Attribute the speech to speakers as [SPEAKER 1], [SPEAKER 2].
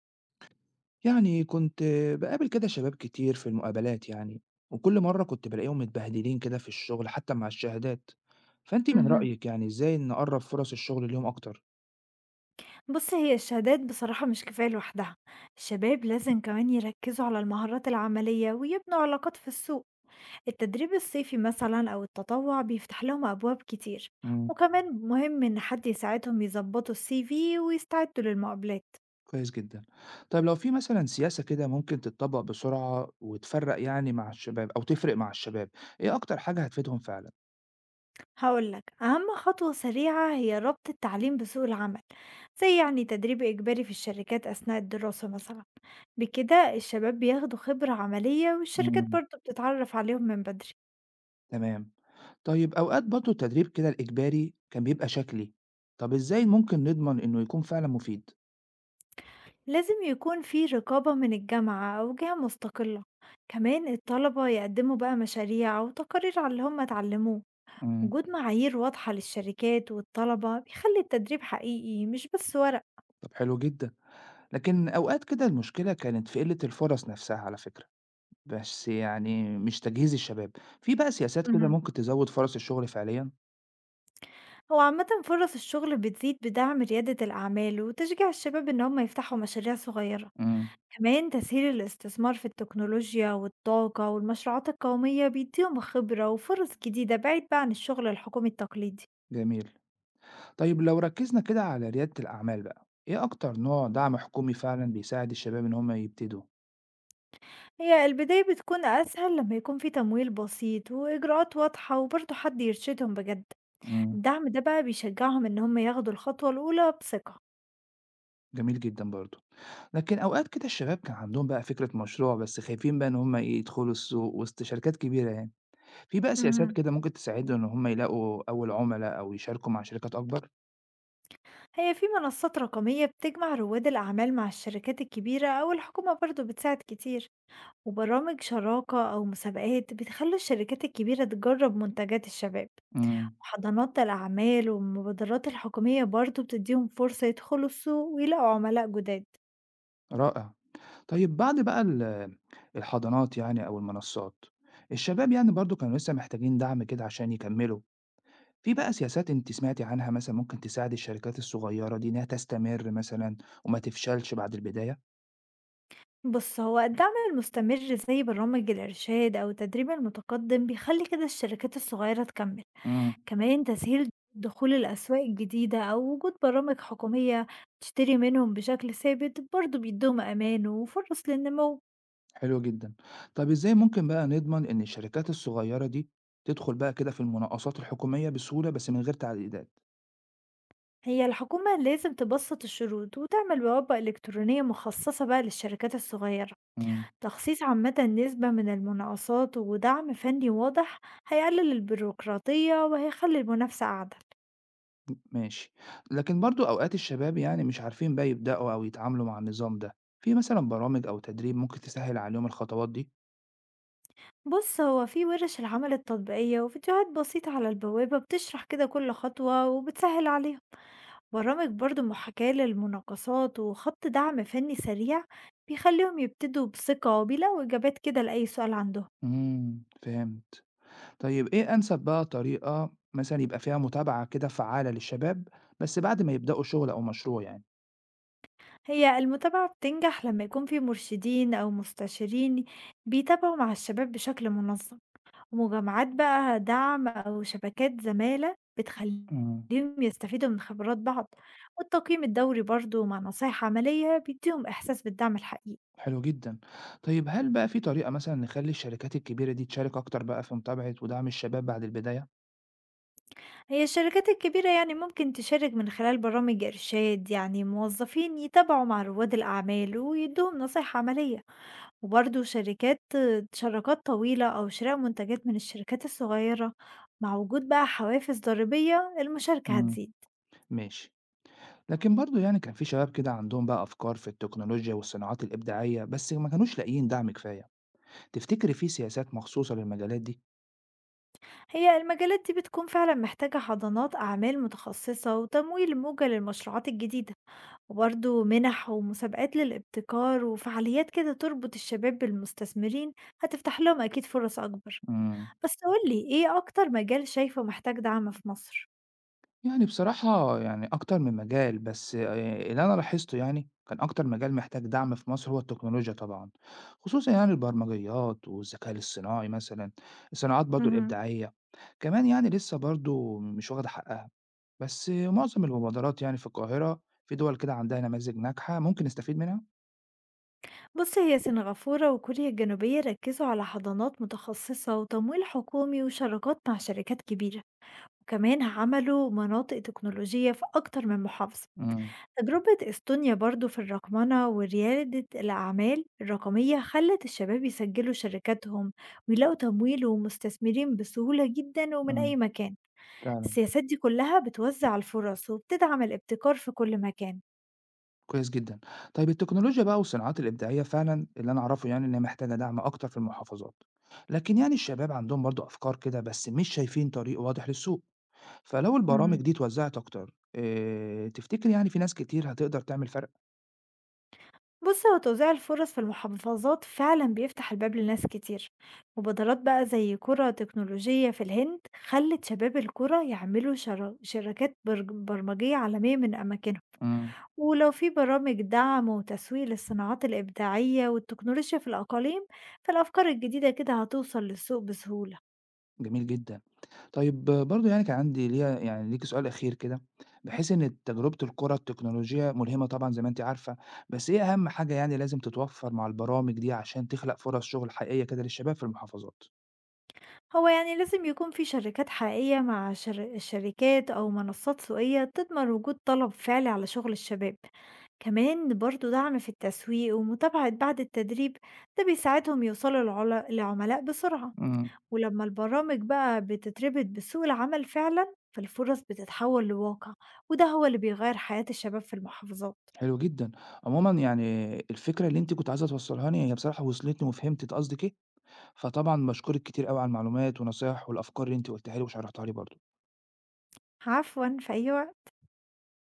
[SPEAKER 1] يعني كنت باقابل كده شباب كتير في المقابلات يعني، وكل مرّة كنت بالاقيهم متبهدلين كده في الشغل حتى مع الشهادات، فأنتِ من
[SPEAKER 2] اهم.
[SPEAKER 1] رأيِك يعني إزاي نقرّب فرص الشغل ليهم أكتر؟
[SPEAKER 2] بُص هي الشهادات بصراحة مش كفاية لوحدها، الشباب لازم كمان يركّزوا على المهارات العملية ويبنوا علاقات في السوق، التدريب الصيفي مثلًا أو التطوع بيفتح لهم أبواب كتير،
[SPEAKER 1] إمم،
[SPEAKER 2] وكمان مهم إن حد يساعدهم يضبطوا الCV ويستعدوا للمقابلات،
[SPEAKER 1] كويس جدًا. طيب لو في مثلًا سياسة كده ممكن تتطبّق بسرعة وتفرّق يعني مع الشباب أو تفرق مع الشباب، إيه أكتر حاجة هتفيدهم فعلًا؟
[SPEAKER 2] هاقول لك أهم خطوة سريعة هي ربط التعليم بسوق العمل، زي يعني تدريب إجباري في الشركات أثناء الدراسة مثلًا، بكده الشباب بياخدوا خبرة عملية والشركات
[SPEAKER 1] إمم،
[SPEAKER 2] برضه بتتعرف عليهم من بدري.
[SPEAKER 1] تمام. طيب أوقات برضه التدريب كده الإجباري كان بيبقى شكلي، طب إزاي ممكن نضمن إنه يكون فعلًا مفيد؟
[SPEAKER 2] لازم يكون في رقابة من الجامعة أو جهة مستقلة، كمان الطلبة يقدموا بقى مشاريع أو تقارير على اللي هم اتعلموه.
[SPEAKER 1] إمم،
[SPEAKER 2] وجود معايير واضحة للشركات والطلبة بيخلي التدريب حقيقي مش بس ورق.
[SPEAKER 1] طب حلو جدًا. لكن أوقات كده المشكلة كانت في قلة الفرص نفسها على فكرة، بس يعني مش تجهيز الشباب، في بقى سياسات كده
[SPEAKER 2] مهم.
[SPEAKER 1] ممكن تزود فرص الشغل فعليًا؟
[SPEAKER 2] هو عامة فرص الشغل بتزيد بدعم ريادة الأعمال وتشجيع الشباب إن هم يفتحوا مشاريع صغيرة.
[SPEAKER 1] إمم،
[SPEAKER 2] كمان تسهيل الاستثمار في التكنولوجيا والطاقة والمشروعات القومية بيديهم خبرة وفرص جديدة بعيد بقى عن الشغل الحكومي التقليدي.
[SPEAKER 1] جميل، طيب لو ركزنا كده على ريادة الأعمال بقى، إيه أكتر نوع دعم حكومي فعلًا بيساعد الشباب إن هم يبتدوا؟
[SPEAKER 2] هي البداية بتكون أسهل لما يكون في تمويل بسيط وإجراءات واضحة وبرضه حد يرشدهم بجد.
[SPEAKER 1] إمم،
[SPEAKER 2] الدعم ده بقى بيشجعهم إن هم ياخدوا الخطوة الأولى بثقة.
[SPEAKER 1] جميل جدًا برضه، لكن أوقات كده الشباب كان عندهم بقى فكرة مشروع بس خايفين بقى إن هم إيه يدخلوا السوق وسط شركات كبيرة يعني، في بقى سياسات
[SPEAKER 2] مهم.
[SPEAKER 1] كده ممكن تساعدهم إن هم يلاقوا أول عملا أو يشاركوا مع شركات أكبر؟
[SPEAKER 2] هي في منصات رقمية بتجمع رواد الأعمال مع الشركات الكبيرة أو الحكومة برضه بتساعد كتير، وبرامج شراكة أو مسابقات بتخلي الشركات الكبيرة تجرب منتجات الشباب.
[SPEAKER 1] إمم،
[SPEAKER 2] وحضانات الأعمال والمبادرات الحكومية برضه بتديهم فرصة يدخلوا السوق ويلاقوا عملاء جداد.
[SPEAKER 1] رائع. طيب بعد بقى الحضانات يعني أو المنصات، الشباب يعني برضه كانوا لسه محتاجين دعم كده عشان يكمّلوا، في بقى سياسات أنتِ سمعتِ عنها مثلًا ممكن تساعد الشركات الصغيّرة دي إنها تستمر مثلًا وما تفشلش بعد البداية؟
[SPEAKER 2] بص هو الدعم المستمر زي برامج الإرشاد أو التدريب المتقدم بيخلي كده الشركات الصغيرة تكمل.
[SPEAKER 1] إمم،
[SPEAKER 2] كمان تسهيل دخول الأسواق الجديدة أو وجود برامج حكومية تشتري منهم بشكل ثابت برضه بيدوهم أمان وفرص للنمو.
[SPEAKER 1] حلو جدًا. طب إزاي ممكن بقى نضمن إن الشركات الصغيّرة دي تدخل بقى كده في المناقصات الحكومية بسهولة بس من غير تعقيدات؟
[SPEAKER 2] هي الحكومة لازم تبسط الشروط وتعمل بوابة إلكترونية مخصصة بقى للشركات الصغيرة.
[SPEAKER 1] إمم.
[SPEAKER 2] تخصيص عامة نسبة من المناقصات ودعم فني واضح هيقلل البيروقراطية وهيخلي المنافسة أعدل.
[SPEAKER 1] ماشي. لكن برضه أوقات الشباب يعني مش عارفين بقى يبدأوا أو يتعاملوا مع النظام ده، في مثلًا برامج أو تدريب ممكن تسهِّل عليهم الخطوات دي؟
[SPEAKER 2] بص هو في ورش العمل التطبيقية وفيديوهات بسيطة على البوابة بتشرح كده كل خطوة وبتسهل عليهم. برامج برضو محاكاة للمناقصات وخط دعم فني سريع بيخليهم يبتدوا بثقة وبيلاقوا إجابات كده لأي سؤال عندهم.
[SPEAKER 1] إمم، فهمت. طيب إيه أنسب بقى طريقة مثلًا يبقى فيها متابعة كده فعّالة للشباب، بس بعد ما يبدأوا شغل أو مشروع يعني؟
[SPEAKER 2] هي المتابعة بتنجح لما يكون في مرشدين أو مستشارين بيتابعوا مع الشباب بشكل منظم. مجمعات بقى دعم أو شبكات زمالة
[SPEAKER 1] إمم،
[SPEAKER 2] بتخلّيهم يستفيدوا من خبرات بعض، والتقييم الدوري برضه مع نصايح عملية بيديهم إحساس بالدعم الحقيقي.
[SPEAKER 1] حلو جدًا. طيب هل بقى في طريقة مثلًا نخلّي الشركات الكبيرة دي تشارك أكتر بقى في متابعة ودعم الشباب بعد البداية؟
[SPEAKER 2] هي الشركات الكبيرة يعني ممكن تشارك من خلال برامج إرشاد، يعني موظفين يتابعوا مع رواد الأعمال ويدوهم نصايح عملية، وبرضه شركات شراكات طويلة أو شراء منتجات من الشركات الصغيرة مع وجود بقى حوافز ضريبية المشاركة
[SPEAKER 1] إمم،
[SPEAKER 2] هتزيد.
[SPEAKER 1] ماشي. لكن برضه يعني كان في شباب كده عندهم بقى أفكار في التكنولوجيا والصناعات الإبداعية بس ما كانوش لاقيين دعم كفاية تفتكري في سياسات مخصوصة للمجالات دي؟
[SPEAKER 2] هي المجالات دي بتكون فعلا محتاجة حضانات أعمال متخصصة وتمويل موجة للمشروعات الجديدة، وبرضه منح ومسابقات للابتكار وفعاليات كده تربط الشباب بالمستثمرين هتفتح لهم أكيد فرص أكبر.
[SPEAKER 1] مم.
[SPEAKER 2] بس قولي إيه أكتر مجال شايفه محتاج دعم في مصر؟
[SPEAKER 1] يعني بصراحة يعني أكتر من مجال بس اللي أنا لاحظته يعني كان أكتر مجال محتاج دعم في مصر هو التكنولوجيا طبعا خصوصا يعني البرمجيات والذكاء الاصطناعي مثلا الصناعات برضه
[SPEAKER 2] مهم.
[SPEAKER 1] الإبداعية كمان يعني لسه برضه مش واخدة حقها بس معظم المبادرات يعني في القاهرة في دول كده عندها نماذج ناجحة ممكن نستفيد منها؟
[SPEAKER 2] بص هي سنغافورة وكوريا الجنوبية ركزوا على حضانات متخصصة وتمويل حكومي وشراكات مع شركات كبيرة، وكمان عملوا مناطق تكنولوجية في أكتر من محافظة.
[SPEAKER 1] مم.
[SPEAKER 2] تجربة إستونيا برضو في الرقمنة وريادة الأعمال الرقمية خلت الشباب يسجلوا شركاتهم ويلاقوا تمويل ومستثمرين بسهولة جدا ومن
[SPEAKER 1] إمم،
[SPEAKER 2] أي مكان.
[SPEAKER 1] فعلًا،
[SPEAKER 2] السياسات دي كلها بتوزع الفرص وبتدعم الابتكار في كل مكان.
[SPEAKER 1] كويس جدًا. طيب التكنولوجيا بقى والصناعات الإبداعية فعلًا اللي أنا أعرفه يعني إنها محتاجة دعم أكتر في المحافظات، لكن يعني الشباب عندهم برضه أفكار كده بس مش شايفين طريق واضح للسوق، فلو البرامج
[SPEAKER 2] مم.
[SPEAKER 1] دي اتوزعت أكتر تفتكر يعني في ناس كتير هتقدر تعمل فرق؟
[SPEAKER 2] بص هو توزيع الفرص في المحافظات فعلا بيفتح الباب لناس كتير. مبادرات بقى زي قرى تكنولوجية في الهند خلت شباب القرى يعملوا شركات برمجية عالمية من أماكنهم.
[SPEAKER 1] إمم.
[SPEAKER 2] ولو في برامج دعم وتسويق للصناعات الإبداعية والتكنولوجيا في الأقاليم فالأفكار الجديدة كده هتوصل للسوق بسهولة.
[SPEAKER 1] جميل جدًا. طيب برضه يعني كان عندي ليا يعني ليكِ سؤال أخير كده، بحيث إن تجربة القرى التكنولوجية ملهمة طبعًا زي ما أنتِ عارفة، بس إيه أهم حاجة يعني لازم تتوفر مع البرامج دي عشان تخلق فرص شغل حقيقية كده للشباب في المحافظات؟
[SPEAKER 2] هو يعني لازم يكون في شركات حقيقية مع الشركات أو منصات سوقية تضمن وجود طلب فعلي على شغل الشباب. كمان برضو دعم في التسويق ومتابعة بعد التدريب، ده بيساعدهم يوصلوا لعملاء بسرعة.
[SPEAKER 1] إمم،
[SPEAKER 2] ولمّا البرامج بقى بتتربط بسوق العمل فعلًا، فالفرص بتتحول لواقع، وده هو اللي بيغيّر حياة الشباب في المحافظات.
[SPEAKER 1] حلو جدًا. عمومًا يعني الفكرة اللي أنتِ كنتِ عايزة توصّليها لي هي بصراحة وصلتني وفهمت أنتِ قصدِك إيه، فطبعًا باشكرِك كتير أوي على المعلومات والنصايح والأفكار اللي أنتِ قُلتيها لي وشرحتيها لي برضه.
[SPEAKER 2] عفوًا، في أي وقت.